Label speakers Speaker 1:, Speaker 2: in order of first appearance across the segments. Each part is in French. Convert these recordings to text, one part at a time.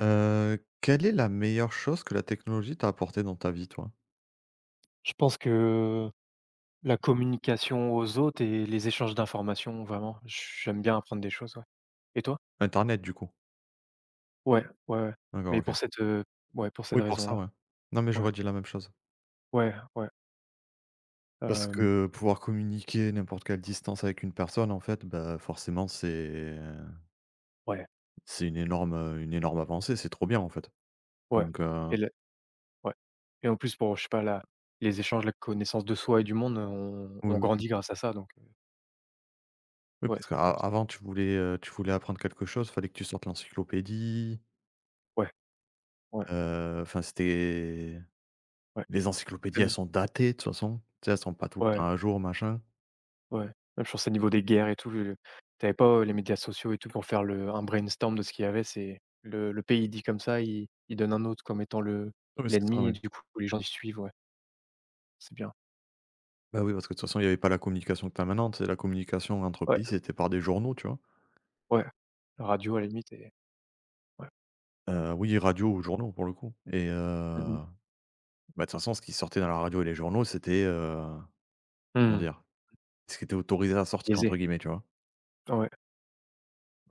Speaker 1: Quelle est la meilleure chose que la technologie t'a apporté dans ta vie, toi?
Speaker 2: Je pense que la communication aux autres et les échanges d'informations, vraiment, j'aime bien apprendre des choses, ouais. Et toi?
Speaker 1: Internet, du coup?
Speaker 2: Ouais, ouais, ouais.
Speaker 1: D'accord,
Speaker 2: Mais
Speaker 1: OK.
Speaker 2: pour cette
Speaker 1: Oui, pour ça,
Speaker 2: raison-là.
Speaker 1: ouais. Non, mais
Speaker 2: Ouais,
Speaker 1: j'aurais dit la même chose.
Speaker 2: ouais, ouais,
Speaker 1: Parce
Speaker 2: hem,
Speaker 1: que pouvoir communiquer n'importe quelle distance avec une personne, en fait, bah, forcément, c'est
Speaker 2: ouais,
Speaker 1: c'est une énorme, avancée. C'est trop bien, en fait.
Speaker 2: ouais
Speaker 1: Donc
Speaker 2: et le ouais et en plus pour, je sais pas, la les échanges, la connaissance de soi et du monde, on
Speaker 1: oui,
Speaker 2: on
Speaker 1: oui, oui.
Speaker 2: grandit grâce à ça donc
Speaker 1: Oui,
Speaker 2: ouais,
Speaker 1: parce
Speaker 2: c'est intéressant.
Speaker 1: qu'avant tu voulais apprendre quelque chose, fallait que tu sortes l'encyclopédie,
Speaker 2: Ouais, ouais,
Speaker 1: enfin, c'était
Speaker 2: ouais,
Speaker 1: les encyclopédies, elles
Speaker 2: même
Speaker 1: sont datées, de toute façon. Tu sais, elles sont pas tout le
Speaker 2: ouais.
Speaker 1: temps à jour, machin.
Speaker 2: Ouais, même je pense au niveau des guerres et tout, le tu pas, les médias sociaux et tout pour faire le un brainstorm de ce qu'il y avait, c'est le pays dit comme ça, il donne un autre comme étant le
Speaker 1: Oui, c'est ça,
Speaker 2: l'ennemi et
Speaker 1: ouais.
Speaker 2: du coup les gens ils suivent, ouais, c'est bien.
Speaker 1: Bah, oui, parce que de toute façon, il y avait pas la communication permanente et la communication entre
Speaker 2: Ouais,
Speaker 1: pays, c'était par des journaux, tu vois?
Speaker 2: ouais, la radio à la limite et ouais.
Speaker 1: Oui, radio ou journaux pour le coup et
Speaker 2: Mmh mh.
Speaker 1: bah, de toute façon, ce qui sortait dans la radio et les journaux, c'était, comment
Speaker 2: Mmh.
Speaker 1: dire? Ce qui était autorisé à sortir
Speaker 2: Biaisé.
Speaker 1: entre guillemets, tu vois?
Speaker 2: Ouais,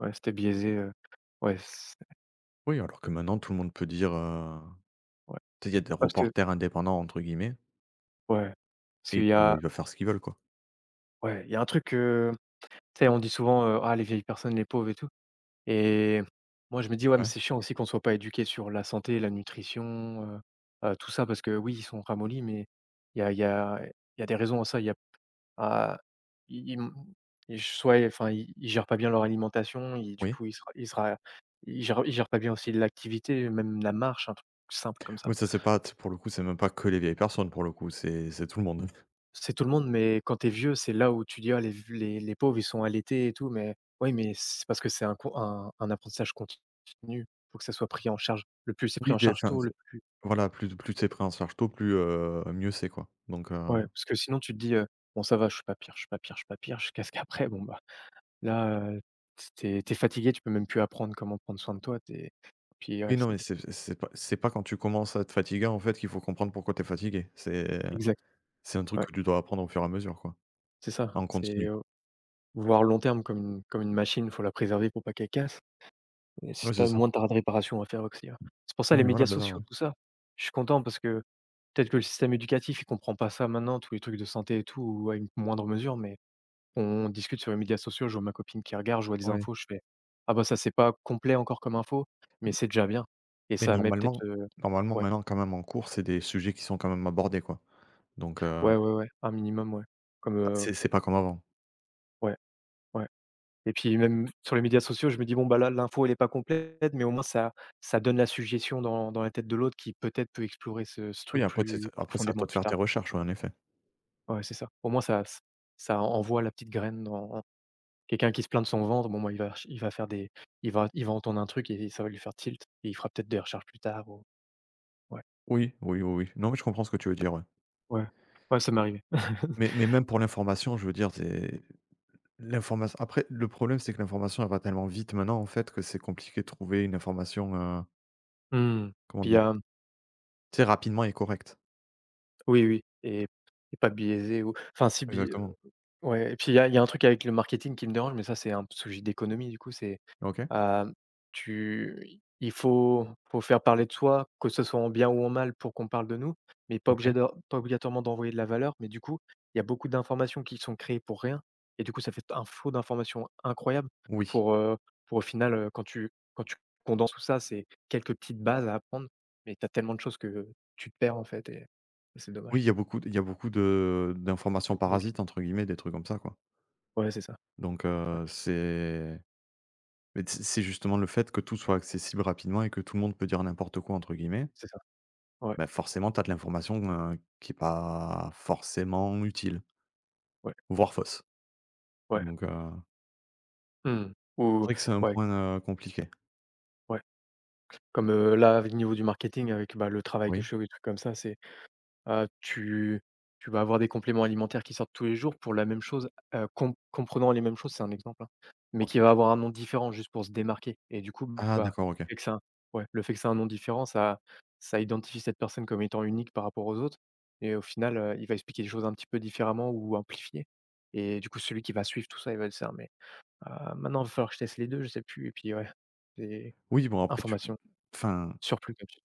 Speaker 2: ouais, c'était biaisé, ouais, c'est
Speaker 1: Oui, alors que maintenant tout le monde peut dire,
Speaker 2: ouais. Ah
Speaker 1: tu sais, il y a des
Speaker 2: parce que
Speaker 1: reporters «indépendants» entre guillemets
Speaker 2: ouais, parce
Speaker 1: et ils
Speaker 2: qu'il y
Speaker 1: peuvent
Speaker 2: a
Speaker 1: ils peuvent faire ce qu'ils veulent, quoi.
Speaker 2: ouais, il y a un truc, tu sais on dit souvent, «Ah les vieilles personnes, les pauvres et tout». Et moi, je me dis: «Ouais, mais
Speaker 1: Ouais,
Speaker 2: c'est chiant aussi qu'on soit pas éduqué sur la santé, la nutrition, tout ça», parce que oui, ils sont ramollis, mais il y a il y a il y a des raisons à ça. Il y a à ils ils m ils soit enfin, ils gèrent pas bien leur alimentation, ils du
Speaker 1: oui.
Speaker 2: coup, ils sera ra ils se ils gèrent pas bien aussi l'activité, même la marche, un truc simple comme ça.
Speaker 1: Oui, ça, c'est pas pour le coup, c'est même pas que les vieilles personnes pour le coup, c'est tout le monde.
Speaker 2: C'est tout le monde, mais quand tu es vieux, c'est là où tu dis: «Ah les v les pauvres, ils sont allaités et tout», mais oui, mais c'est parce que c'est un apprentissage continu. Faut que ça soit pris en charge. Le plus c'est pris
Speaker 1: Oui,
Speaker 2: en
Speaker 1: des
Speaker 2: charge
Speaker 1: enfin,
Speaker 2: tôt, le plus
Speaker 1: voilà, plus c'est pris en charge tôt, plus, mieux c'est, quoi, donc.
Speaker 2: ouais, parce que sinon tu te dis, «Bon ça va, je suis pas pire, je suis pas pire, je suis pas pire», jusqu'à ce qu'après, bon bah, là, t tu fatigué, tu peux même plus apprendre comment prendre soin de toi, t'es puis ouais,
Speaker 1: Oui, non,
Speaker 2: c'est
Speaker 1: mais c'est pas quand tu commences à être fatigué, en fait, qu'il faut comprendre pourquoi t'es fatigué. C'est
Speaker 2: exact,
Speaker 1: c'est un truc
Speaker 2: ouais,
Speaker 1: que tu dois apprendre au fur et à mesure, quoi,
Speaker 2: c'est ça,
Speaker 1: en
Speaker 2: c'est,
Speaker 1: continu.
Speaker 2: voir long terme comme une machine, faut la préserver pour pas qu'elle casse. Et si
Speaker 1: Oui,
Speaker 2: tu
Speaker 1: c'est
Speaker 2: as
Speaker 1: ça.
Speaker 2: moins de ta de réparation à faire aussi, ouais. C'est pour ça
Speaker 1: Non,
Speaker 2: les
Speaker 1: mais
Speaker 2: médias
Speaker 1: voilà, c'est ça,
Speaker 2: sociaux,
Speaker 1: ouais.
Speaker 2: tout ça. Je suis content parce que peut-être que le système éducatif, il comprend pas ça maintenant, tous les trucs de santé et tout, ou à une moindre mesure, mais on discute sur les médias sociaux, je vois ma copine qui regarde, je vois des
Speaker 1: Ouais,
Speaker 2: infos, je fais: «Ah bah ça, c'est pas complet encore comme info, mais c'est déjà bien» et
Speaker 1: mais
Speaker 2: ça met peut-être,
Speaker 1: normalement normalement,
Speaker 2: ouais,
Speaker 1: maintenant, quand même, en cours, c'est des sujets qui sont quand même abordés, quoi, donc
Speaker 2: ouais, ouais, ouais, un minimum, ouais, comme,
Speaker 1: c'est pas comme avant.
Speaker 2: ouais, ouais. Et puis même sur les médias sociaux, je me dis: «Bon bah là, l'info elle est pas complète, mais au moins ça donne la suggestion dans la tête de l'autre qui peut-être peut explorer ce
Speaker 1: Oui,
Speaker 2: truc
Speaker 1: après,
Speaker 2: plus
Speaker 1: c'est à
Speaker 2: profondément
Speaker 1: toi de
Speaker 2: plus
Speaker 1: faire tes
Speaker 2: tard».
Speaker 1: recherches, ouais, en effet.
Speaker 2: Ouais, c'est ça. Au moins ça envoie la petite graine dans quelqu'un qui se plaint de son ventre, bon moi il va entendre un truc et ça va lui faire tilt et il fera peut-être des recherches plus tard ou ouais,
Speaker 1: Oui, oui, oui, oui. Non, mais je comprends ce que tu veux dire, ouais,
Speaker 2: ouais, ouais, ça m'est arrivé.
Speaker 1: mais même pour l'information, je veux dire, c'est l'information après, le problème, c'est que l'information, elle va tellement vite maintenant, en fait, que c'est compliqué de trouver une information,
Speaker 2: Mmh.
Speaker 1: comment
Speaker 2: Puis il y
Speaker 1: dire?
Speaker 2: a
Speaker 1: Tu sais, rapidement et correct.
Speaker 2: oui, oui et pas biaisé ou enfin si bi
Speaker 1: Exactement.
Speaker 2: ouais et puis il y a un truc avec le marketing qui me dérange, mais ça c'est un sujet d'économie du coup, c'est
Speaker 1: OK,
Speaker 2: Hem, tu il faut faut faire parler de soi, que ce soit en bien ou en mal pour qu'on parle de nous, mais pas
Speaker 1: OK.
Speaker 2: obligé de pas obligatoirement d'envoyer de la valeur. Mais du coup, il y a beaucoup d'informations qui sont créées pour rien et du coup, ça fait un flot d'informations incroyable
Speaker 1: Oui.
Speaker 2: pour, heu, pour au final, quand tu condenses tout ça, c'est quelques petites bases à apprendre, mais tu as tellement de choses que tu te perds, en fait et c'est
Speaker 1: Oui,
Speaker 2: dommage.
Speaker 1: il y a beaucoup de d'informations
Speaker 2: C'est pourri.
Speaker 1: «parasites» entre guillemets, des trucs comme ça, quoi.
Speaker 2: Ouais, c'est ça.
Speaker 1: Donc
Speaker 2: Ouais,
Speaker 1: c'est mais t c'est justement le fait que tout soit accessible rapidement et que tout le monde peut dire «n'importe quoi» entre guillemets,
Speaker 2: c'est ça. Ouais,
Speaker 1: bah, forcément tu as de l'information, qui est pas forcément utile,
Speaker 2: ouais,
Speaker 1: voire fausse.
Speaker 2: ouais.
Speaker 1: Donc
Speaker 2: Mmh.
Speaker 1: c'est
Speaker 2: Ou
Speaker 1: vrai que c'est un
Speaker 2: ouais,
Speaker 1: point, compliqué.
Speaker 2: ouais. Comme, là, avec le niveau du marketing, avec, bah, le travail que je
Speaker 1: Oui?
Speaker 2: fais ou des trucs comme ça, c'est, heu, tu tu vas avoir des compléments alimentaires qui sortent tous les jours pour la même chose, comprenant les mêmes choses, c'est un exemple, hein, mais
Speaker 1: OK.
Speaker 2: qui va avoir un nom différent juste pour se démarquer et du coup,
Speaker 1: Ah
Speaker 2: bah,
Speaker 1: d'accord, OK.
Speaker 2: le fait que ça ouais, le fait que ça un nom différent, ça identifie cette personne comme étant unique par rapport aux autres et au final, il va expliquer les choses un petit peu différemment ou amplifier et du coup, celui qui va suivre tout ça, il va le dire: «Mais, heu, maintenant, il va falloir que je teste les 2, je sais plus» et puis ouais, des
Speaker 1: Oui, bon après tu p
Speaker 2: informations
Speaker 1: enfin
Speaker 2: surplus, comme tu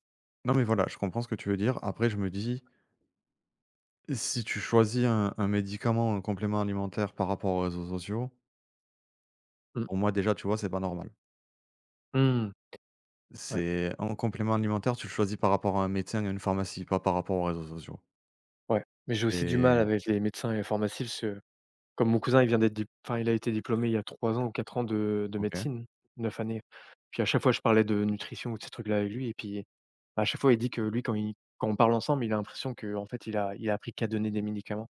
Speaker 1: non mais voilà, je comprends ce que tu veux dire. Après je me dis si tu choisis un médicament, un complément alimentaire par rapport aux réseaux sociaux,
Speaker 2: Mmh.
Speaker 1: pour moi déjà, tu vois, c'est pas normal.
Speaker 2: Mmh. Ouais,
Speaker 1: C'est un complément alimentaire, tu le choisis par rapport à un médecin, et à une pharmacie, pas par rapport aux réseaux sociaux.
Speaker 2: ouais. Mais j'ai aussi du mal
Speaker 1: C'est
Speaker 2: avec les médecins et les pharmacies parce que comme mon cousin, il vient d'être dip enfin, il a été diplômé il y a 3 ans ou 4 ans de
Speaker 1: OK.
Speaker 2: médecine, 9 années. Puis à chaque fois, je parlais de nutrition ou de ces trucs-là avec lui et puis à chaque fois, il dit que lui, quand on parle ensemble, il a l'impression que en fait, il a appris qu'à donner des médicaments.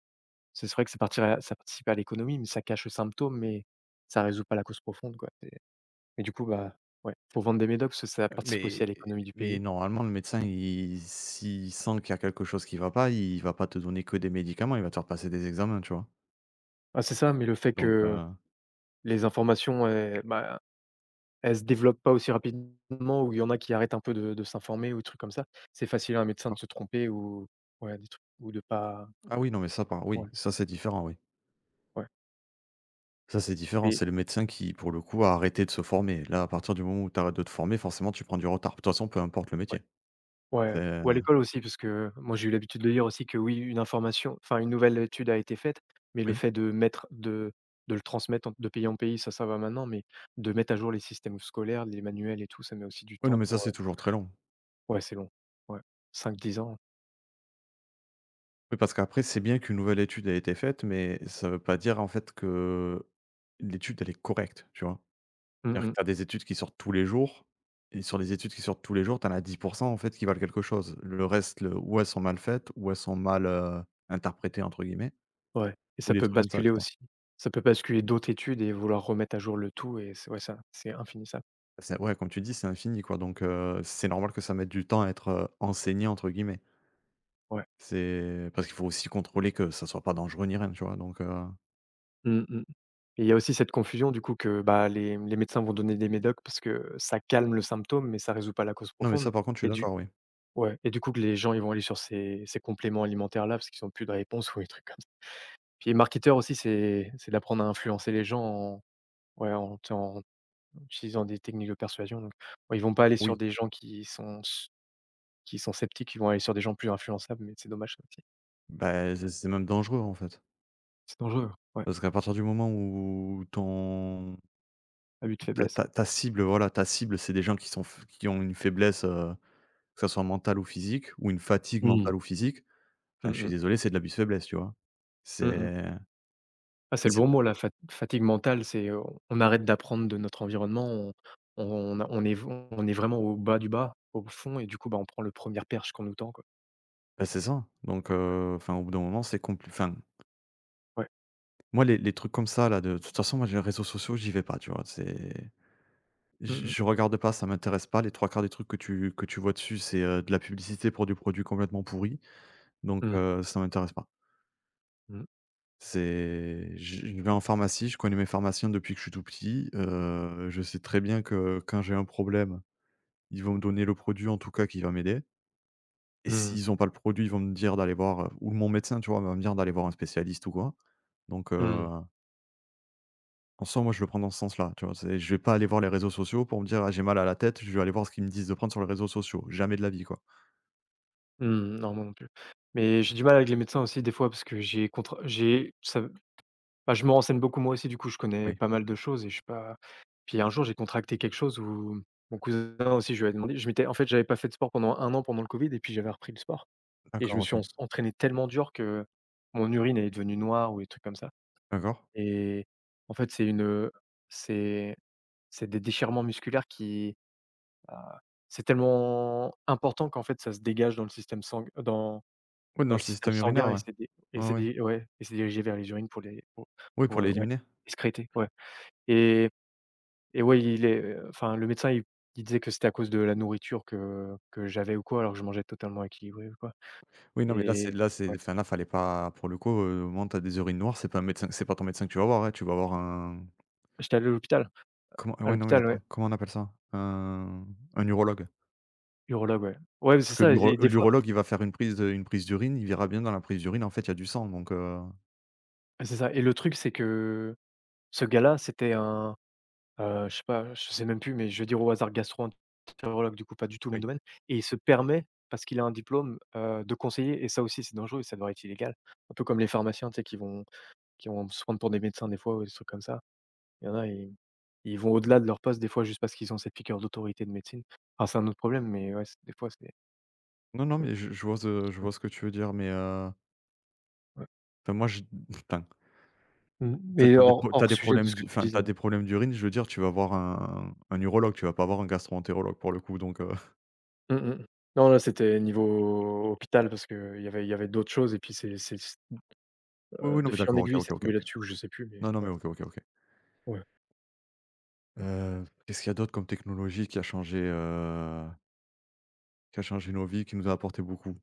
Speaker 2: C'est vrai que ça partirait ça participe à l'économie, mais ça cache le symptôme, mais ça résout pas la cause profonde, quoi. C'est et du coup, bah, ouais, faut vendre des médocs parce que ça participe aussi
Speaker 1: Mais
Speaker 2: à l'économie du
Speaker 1: mais
Speaker 2: pays.
Speaker 1: normalement, le médecin, il s'il sent qu'il y a quelque chose qui va pas, il va pas te donner que des médicaments, il va te faire passer des examens, tu vois?
Speaker 2: Ah, c'est ça, mais le fait
Speaker 1: Donc
Speaker 2: que les informations, bah, Elle se développe pas aussi rapidement ou il y en a qui arrêtent un peu de s'informer ou des trucs comme ça. C'est facile à un médecin de
Speaker 1: d'accord.
Speaker 2: se tromper ou ouais, des trucs ou de pas
Speaker 1: Ah oui, non, mais ça par oui,
Speaker 2: ouais,
Speaker 1: ça c'est différent, oui.
Speaker 2: ouais
Speaker 1: Ça, c'est différent,
Speaker 2: et
Speaker 1: c'est le médecin qui, pour le coup, a arrêté de se former. Là, à partir du moment où tu arrêtes de te former, forcément, tu prends du retard. De toute façon, peu importe le
Speaker 2: ouais,
Speaker 1: métier.
Speaker 2: ouais
Speaker 1: C'est
Speaker 2: ou à l'école aussi parce que moi j'ai eu l'habitude de lire aussi que oui, une information enfin une nouvelle étude a été faite, mais le
Speaker 1: Oui.
Speaker 2: fait de mettre de le transmettre en de pays en pays, ça va maintenant, mais de mettre à jour les systèmes scolaires, les manuels et tout, ça met aussi du
Speaker 1: Oui, non,
Speaker 2: temps
Speaker 1: mais ça,
Speaker 2: pour,
Speaker 1: c'est toujours très long.
Speaker 2: ouais c'est long. Ouais, 5-10 ans.
Speaker 1: Oui, parce qu'après, c'est bien qu'une nouvelle étude a été faite, mais ça veut pas dire, en fait, que l'étude, elle est correcte, tu vois?
Speaker 2: Mmh
Speaker 1: C'est-à-dire que
Speaker 2: mh.
Speaker 1: tu as des études qui sortent tous les jours et sur les études qui sortent tous les jours, tu en as 10 en fait, qui valent quelque chose. Le reste, le ou elles sont mal faites, ou elles sont mal, «interprétées» entre guillemets,
Speaker 2: Ouais et
Speaker 1: ou
Speaker 2: ça
Speaker 1: des
Speaker 2: peut
Speaker 1: trucs comme ça,
Speaker 2: basculer
Speaker 1: tu vois?
Speaker 2: aussi. Ça peut basculer d'autres études et vouloir remettre à jour le tout et c'est ouais, ça, c'est infinissable.
Speaker 1: C'est Ouais, comme tu dis, c'est infini quoi, donc c'est normal que ça mette du temps à être, «enseigné» entre guillemets.
Speaker 2: Ouais.
Speaker 1: C'est parce qu'il faut aussi contrôler que ça soit pas dangereux ni rien, tu vois? Donc
Speaker 2: Mmh mh et il y a aussi cette confusion du coup que, bah, les médecins vont donner des médocs parce que ça calme le symptôme, mais ça résout pas la cause
Speaker 1: non mais
Speaker 2: profonde
Speaker 1: ça par contre je suis
Speaker 2: et du
Speaker 1: d'accord, oui.
Speaker 2: ouais et du coup que les gens, ils vont aller sur ces compléments alimentaires là parce qu'ils ont plus de réponse ou des trucs comme ça. Puis les marketeurs aussi, c'est d'apprendre à influencer les gens en ouais, en utilisant des techniques de persuasion donc, ouais, ils vont pas aller sur
Speaker 1: Oui,
Speaker 2: des gens qui sont sceptiques, qui vont aller sur des gens plus influençables, mais c'est dommage ça aussi.
Speaker 1: bah, c'est même dangereux en fait.
Speaker 2: C'est dangereux, ouais,
Speaker 1: Parce qu'à partir du moment où ton
Speaker 2: abus de
Speaker 1: ta
Speaker 2: faiblesse.
Speaker 1: ta ta cible, voilà, ta cible, c'est des gens qui sont f qui ont une faiblesse, que ça soit mentale ou physique ou une fatigue
Speaker 2: Mmh.
Speaker 1: mentale ou physique, enfin
Speaker 2: Mmh
Speaker 1: je suis
Speaker 2: mh.
Speaker 1: désolé, c'est de l'abus de faiblesse, tu vois?
Speaker 2: Mmh mh.
Speaker 1: C'est
Speaker 2: Ah,
Speaker 1: et
Speaker 2: c'est le
Speaker 1: c'est
Speaker 2: bon mot la fatigue mentale, c'est on arrête d'apprendre de notre environnement, on a on est v on est vraiment au bas du bas, au fond et du coup, bah, on prend le première perche qu'on nous tend quoi.
Speaker 1: bah, c'est ça, donc enfin au bout d'un moment c'est compliqué.
Speaker 2: Ouais.
Speaker 1: Moi, les trucs comme ça là, de toute façon, moi, les réseaux sociaux, j'y vais pas, tu vois? C'est
Speaker 2: Mmh mh.
Speaker 1: je regarde pas, ça m'intéresse pas. Les 3 quarts des trucs que tu vois dessus, c'est, de la publicité pour du produit complètement pourri, donc
Speaker 2: Mmh.
Speaker 1: ça m'intéresse pas.
Speaker 2: Mmh.
Speaker 1: C'est je vais en pharmacie, je connais mes pharmaciens depuis que je suis tout petit, je sais très bien que quand j'ai un problème, ils vont me donner le produit, en tout cas, qui va m'aider et
Speaker 2: Mmh.
Speaker 1: s'ils ont pas le produit, ils vont me dire d'aller voir, ou mon médecin, tu vois, va me dire d'aller voir un spécialiste ou quoi, donc.
Speaker 2: Mmh.
Speaker 1: En soi, moi, je le prends dans ce sens-là, tu vois? C'est Je vais pas aller voir les réseaux sociaux pour me dire: «Ah, j'ai mal à la tête», je vais aller voir ce qu'ils me disent de prendre sur les réseaux sociaux. Jamais de la vie, quoi.
Speaker 2: Mmh. Non, moi non plus. Mais j'ai du mal avec les médecins aussi des fois parce que j'ai contre j'ai ça, Bah, je me renseigne beaucoup moi aussi du coup, je connais
Speaker 1: Oui.
Speaker 2: pas mal de choses et je suis pas puis un jour j'ai contracté quelque chose où mon cousin aussi je lui ai demandé je m'étais en fait j'avais pas fait de sport pendant 1 an pendant le Covid et puis j'avais repris le sport et je me
Speaker 1: D'accord, OK.
Speaker 2: suis en entraîné tellement dur que mon urine est devenue noire ou des trucs comme ça
Speaker 1: D'accord.
Speaker 2: et en fait c'est une, c'est c'est des déchirements musculaires qui, bah, c'est tellement important qu'en fait ça se dégage dans le système sang dans
Speaker 1: Oui, dans
Speaker 2: dans
Speaker 1: le
Speaker 2: le système
Speaker 1: système urinaire,
Speaker 2: sanguin
Speaker 1: ouais.
Speaker 2: et
Speaker 1: Ouais,
Speaker 2: c'est
Speaker 1: ouais.
Speaker 2: des ouais et c'est dirigé vers les urines pour les
Speaker 1: Oui, pour
Speaker 2: ouais,
Speaker 1: l'éliminer.
Speaker 2: excréter, ouais. Et et ouais, il est, enfin, le médecin, il disait que c'était à cause de la nourriture que j'avais ou quoi, alors que je mangeais totalement équilibré ou quoi
Speaker 1: Oui, non, mais
Speaker 2: et
Speaker 1: là, c'est
Speaker 2: ouais.
Speaker 1: enfin, là, fallait pas pour le coup, au moment où t'as des urines noires, c'est pas ton médecin que tu vas voir, hein, tu vas voir un
Speaker 2: J'étais allé à l'hôpital.
Speaker 1: comment
Speaker 2: À
Speaker 1: ouais, non, mais
Speaker 2: l'hôpital, ouais,
Speaker 1: attends, comment on appelle ça? Un urologue.
Speaker 2: urologue, ouais. Ouais, mais
Speaker 1: Parce
Speaker 2: c'est
Speaker 1: que
Speaker 2: ça. Et des fois
Speaker 1: l'urologue, il va faire une prise d'urine, il verra bien dans la prise d'urine, en fait, il y a du sang, donc
Speaker 2: c'est ça. Et le truc, c'est que ce gars-là, c'était un, je sais pas, je sais même plus, mais je vais dire au hasard gastro-entérologue. Du coup, pas du tout le
Speaker 1: oui.
Speaker 2: même domaine, et il se permet, parce qu'il a un diplôme, de conseiller. Et ça aussi, c'est dangereux et ça devrait être illégal. Un peu comme les pharmaciens, tu sais, qui vont se prendre pour des médecins des fois ou des trucs comme ça. Il y en a, ils vont au-delà de leur poste, des fois, juste parce qu'ils ont cette piqûre d'autorité de médecine. Enfin, c'est un autre problème, mais ouais, c'est des fois, c'est
Speaker 1: Non, non,
Speaker 2: ouais,
Speaker 1: mais je vois ce que tu veux dire, mais
Speaker 2: ouais.
Speaker 1: enfin moi je enfin,
Speaker 2: Mmh, mais hors
Speaker 1: tu
Speaker 2: hors
Speaker 1: des
Speaker 2: sujet de
Speaker 1: problèmes
Speaker 2: ce
Speaker 1: d'u
Speaker 2: que tu
Speaker 1: enfin, t'as
Speaker 2: disais, ouais.
Speaker 1: des problèmes d'urine, je veux dire, tu vas voir un urologue, tu vas pas voir un gastroentérologue pour le coup, donc
Speaker 2: Mmh mh. Non, là, c'était niveau hôpital parce qu'il y avait d'autres choses et puis c'est s
Speaker 1: oui, oui, non,
Speaker 2: de
Speaker 1: mais
Speaker 2: fil en
Speaker 1: d'accord, OK,
Speaker 2: aiguille,
Speaker 1: OK,
Speaker 2: c'est
Speaker 1: OK,
Speaker 2: tombé
Speaker 1: OK.
Speaker 2: là-dessus ou je sais plus, mais
Speaker 1: Non, non, mais
Speaker 2: ouais,
Speaker 1: OK, OK, OK.
Speaker 2: ouais.
Speaker 1: Qu'est-ce qu'il y a d'autre comme technologie qui a changé, nos vies, qui nous a apporté beaucoup?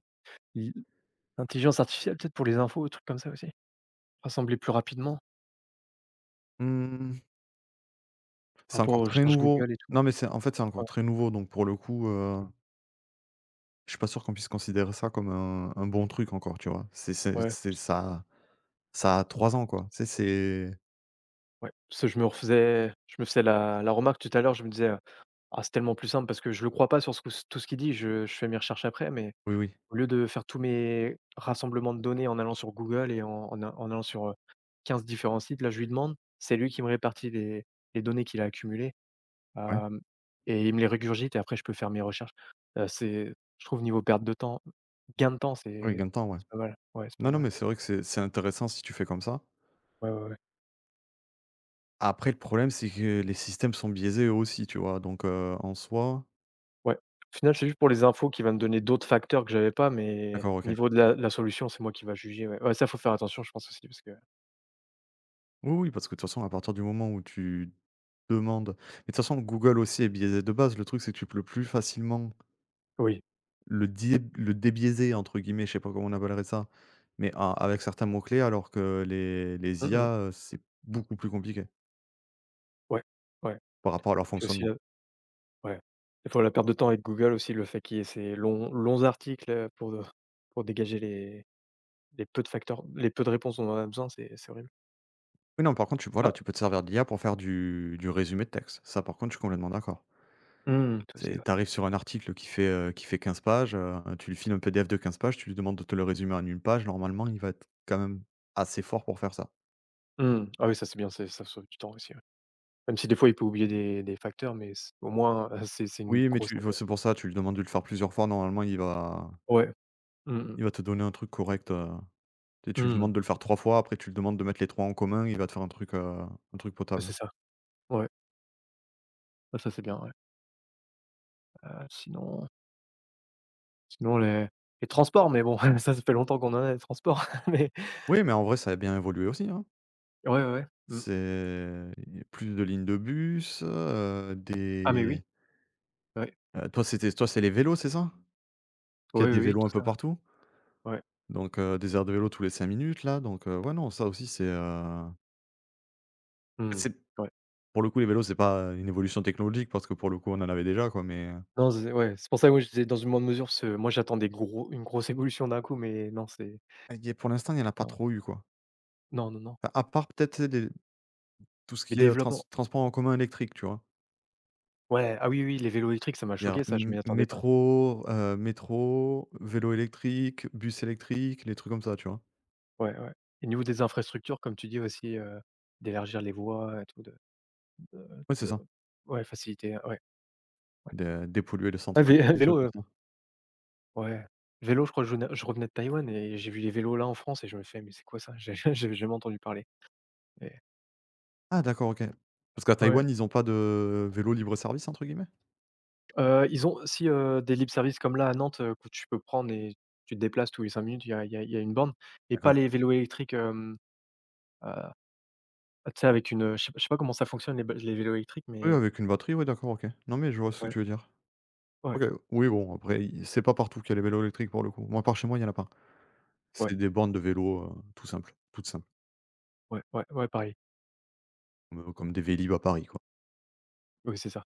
Speaker 2: I Intelligence artificielle peut-être pour les infos, des trucs comme ça aussi? Rassembler plus rapidement
Speaker 1: Mmh,
Speaker 2: par
Speaker 1: c'est
Speaker 2: rapport
Speaker 1: encore
Speaker 2: aux
Speaker 1: très
Speaker 2: recherches
Speaker 1: nouveau.
Speaker 2: Google et tout.
Speaker 1: Non, mais c'est en fait, c'est encore
Speaker 2: Ouais,
Speaker 1: très nouveau, donc pour le coup, je suis pas sûr qu'on puisse considérer ça comme un bon truc encore, tu vois? C'est c'est
Speaker 2: ouais,
Speaker 1: c'est ça Ça a 3 ans, quoi. Tu sais. C'est
Speaker 2: ouais. Parce que je me faisais la remarque tout à l'heure, je me disais: ah, c'est tellement plus simple parce que je le crois pas sur ce que tout ce qu'il dit, je fais mes recherches après. Mais
Speaker 1: Oui, oui.
Speaker 2: au lieu de faire tous mes rassemblements de données en allant sur Google et en allant sur, 15 différents sites, là, je lui demande, c'est lui qui me répartit les données qu'il a accumulées,
Speaker 1: Ouais,
Speaker 2: hem et il me les régurgite, et après je peux faire mes recherches. C'est, je trouve, niveau perte de temps, gain de temps,
Speaker 1: oui, gain de temps, ouais.
Speaker 2: c'est pas mal. Ouais, c'est pas
Speaker 1: Non, non,
Speaker 2: mal.
Speaker 1: mais c'est vrai que c'est intéressant si tu fais comme ça.
Speaker 2: Ouais, ouais, ouais.
Speaker 1: Après le problème, c'est que les systèmes sont biaisés eux aussi, tu vois? Donc en soi
Speaker 2: Ouais. Au final, c'est juste pour les infos, qui va me donner d'autres facteurs que j'avais pas, mais
Speaker 1: d'accord, OK.
Speaker 2: niveau de la solution, c'est moi qui va juger, ouais. Ouais, ça, faut faire attention, je pense aussi parce que
Speaker 1: Oui, oui, parce que de toute façon, à partir du moment où tu demandes mais de toute façon, Google aussi est biaisé de base. Le truc, c'est que tu peux plus facilement
Speaker 2: oui.
Speaker 1: «le débiaiser» entre guillemets, je sais pas comment on appellerait ça, mais a avec certains mots clés alors que les
Speaker 2: Mmh mh.
Speaker 1: IA, c'est beaucoup plus compliqué
Speaker 2: Ouais, ouais.
Speaker 1: par rapport à leur
Speaker 2: Puis aussi,
Speaker 1: fonctionnement.
Speaker 2: ouais. Des fois la perte de temps avec Google aussi, le fait qu'il y ait ces longs articles, pour dégager les peu de réponses dont on a besoin, c'est horrible.
Speaker 1: Oui, non, par contre, tu voilà,
Speaker 2: Ah,
Speaker 1: tu peux te servir de l'IA pour faire du résumé de texte. Ça, par contre, je suis complètement d'accord.
Speaker 2: mmh, toi aussi,
Speaker 1: Tu
Speaker 2: ouais.
Speaker 1: arrives sur un article qui fait 15 pages, tu lui files un PDF de 15 pages, tu lui demandes de te le résumer en une page, normalement, il va être quand même assez fort pour faire ça.
Speaker 2: Mmh. Ah oui, ça c'est bien, c'est ça sauve du temps aussi, ouais. Même si des fois il peut oublier des facteurs, mais c au moins, c'est une
Speaker 1: Oui, mais
Speaker 2: grosse
Speaker 1: tu
Speaker 2: aide.
Speaker 1: c'est pour ça, tu lui demandes de le faire plusieurs fois, normalement, il va
Speaker 2: Ouais. Mmh mh.
Speaker 1: il va te donner un truc correct, tu sais, tu lui
Speaker 2: Mmh.
Speaker 1: demandes de le faire 3 fois, après tu lui demandes de mettre les 3 en commun, il va te faire un truc
Speaker 2: Ah
Speaker 1: potable.
Speaker 2: c'est ça. Ouais. Ah ça c'est bien, ouais. Heu, sinon Sinon les transports, mais bon, ça fait longtemps qu'on en a des transports, mais
Speaker 1: Oui, mais en vrai, ça a bien évolué aussi, hein.
Speaker 2: ouais, ouais, ouais. Mmh.
Speaker 1: C'est plus de lignes de bus,
Speaker 2: Ah mais
Speaker 1: des.
Speaker 2: oui, ouais.
Speaker 1: Toi, c'était toi, c'est les vélos, c'est ça? Il y a
Speaker 2: Oui, oui,
Speaker 1: des
Speaker 2: oui,
Speaker 1: vélos un
Speaker 2: tout
Speaker 1: peu
Speaker 2: ça.
Speaker 1: partout?
Speaker 2: Ouais.
Speaker 1: Donc des aires de vélo tous les 5 minutes, là, donc ouais, non, ça aussi,
Speaker 2: Mmh.
Speaker 1: c'est
Speaker 2: Ouais.
Speaker 1: pour le coup, les vélos, c'est pas une évolution technologique parce que pour le coup, on en avait déjà, quoi, mais
Speaker 2: Non, c'est ouais, c'est pour ça, oui, je disais dans une moindre mesure, parce que moi j'attends des gros une grosse évolution d'un coup, mais non, c'est
Speaker 1: y a pour l'instant, il y en a pas
Speaker 2: enfin,
Speaker 1: trop eu, quoi.
Speaker 2: non, non, non.
Speaker 1: Enfin, à part peut-être, tu des tout ce
Speaker 2: Mais
Speaker 1: qui est, trans
Speaker 2: développement
Speaker 1: transport en commun électrique, tu vois?
Speaker 2: ouais, ah oui, oui, les vélos électriques, ça m'a
Speaker 1: C'est-à-dire
Speaker 2: choqué, ça, je
Speaker 1: m
Speaker 2: m'y attendais pas.
Speaker 1: métro, heu, métro, vélo électrique, bus électrique, les trucs comme ça, tu vois?
Speaker 2: Ouais, ouais. Et niveau des infrastructures, comme tu dis aussi, d'élargir les voies et tout,
Speaker 1: Ouais, c'est
Speaker 2: de
Speaker 1: ça.
Speaker 2: ouais, faciliter, ouais, ouais.
Speaker 1: Dé dépolluer le
Speaker 2: Ah
Speaker 1: centre-ville,
Speaker 2: vé
Speaker 1: des trucs
Speaker 2: vélo,
Speaker 1: comme ça.
Speaker 2: ouais. Vélo, je crois que je revenais de Taïwan et j'ai vu les vélos là en France et je me fais: «Mais c'est quoi ça?» J'ai j'ai jamais entendu parler et
Speaker 1: Ah d'accord, OK. Parce qu'à
Speaker 2: ouais.
Speaker 1: Taïwan, ils ont pas de vélo «libre-service» entre guillemets?
Speaker 2: Ils ont aussi des lib service comme là à Nantes, que tu peux prendre et tu te déplaces tous les 5 minutes, il y a une borne et pas
Speaker 1: D'accord.
Speaker 2: les vélos électriques, heu, tu sais avec une, je sais pas comment ça fonctionne les vélos électriques,
Speaker 1: Oui,
Speaker 2: mais
Speaker 1: avec une batterie, oui, d'accord, OK. Non, mais je vois ce que
Speaker 2: ouais,
Speaker 1: tu veux dire.
Speaker 2: ouais,
Speaker 1: OK, oui, bon, après, i c'est pas partout qu'il y a les vélos électriques pour le coup. Moi, par chez moi, il y en a pas.
Speaker 2: ouais,
Speaker 1: C'est des bandes de vélos, tout simples, toutes simples,
Speaker 2: ouais, ouais, ouais, pareil.
Speaker 1: comme, comme des Vélib' à Paris, quoi.
Speaker 2: Oui, c'est ça.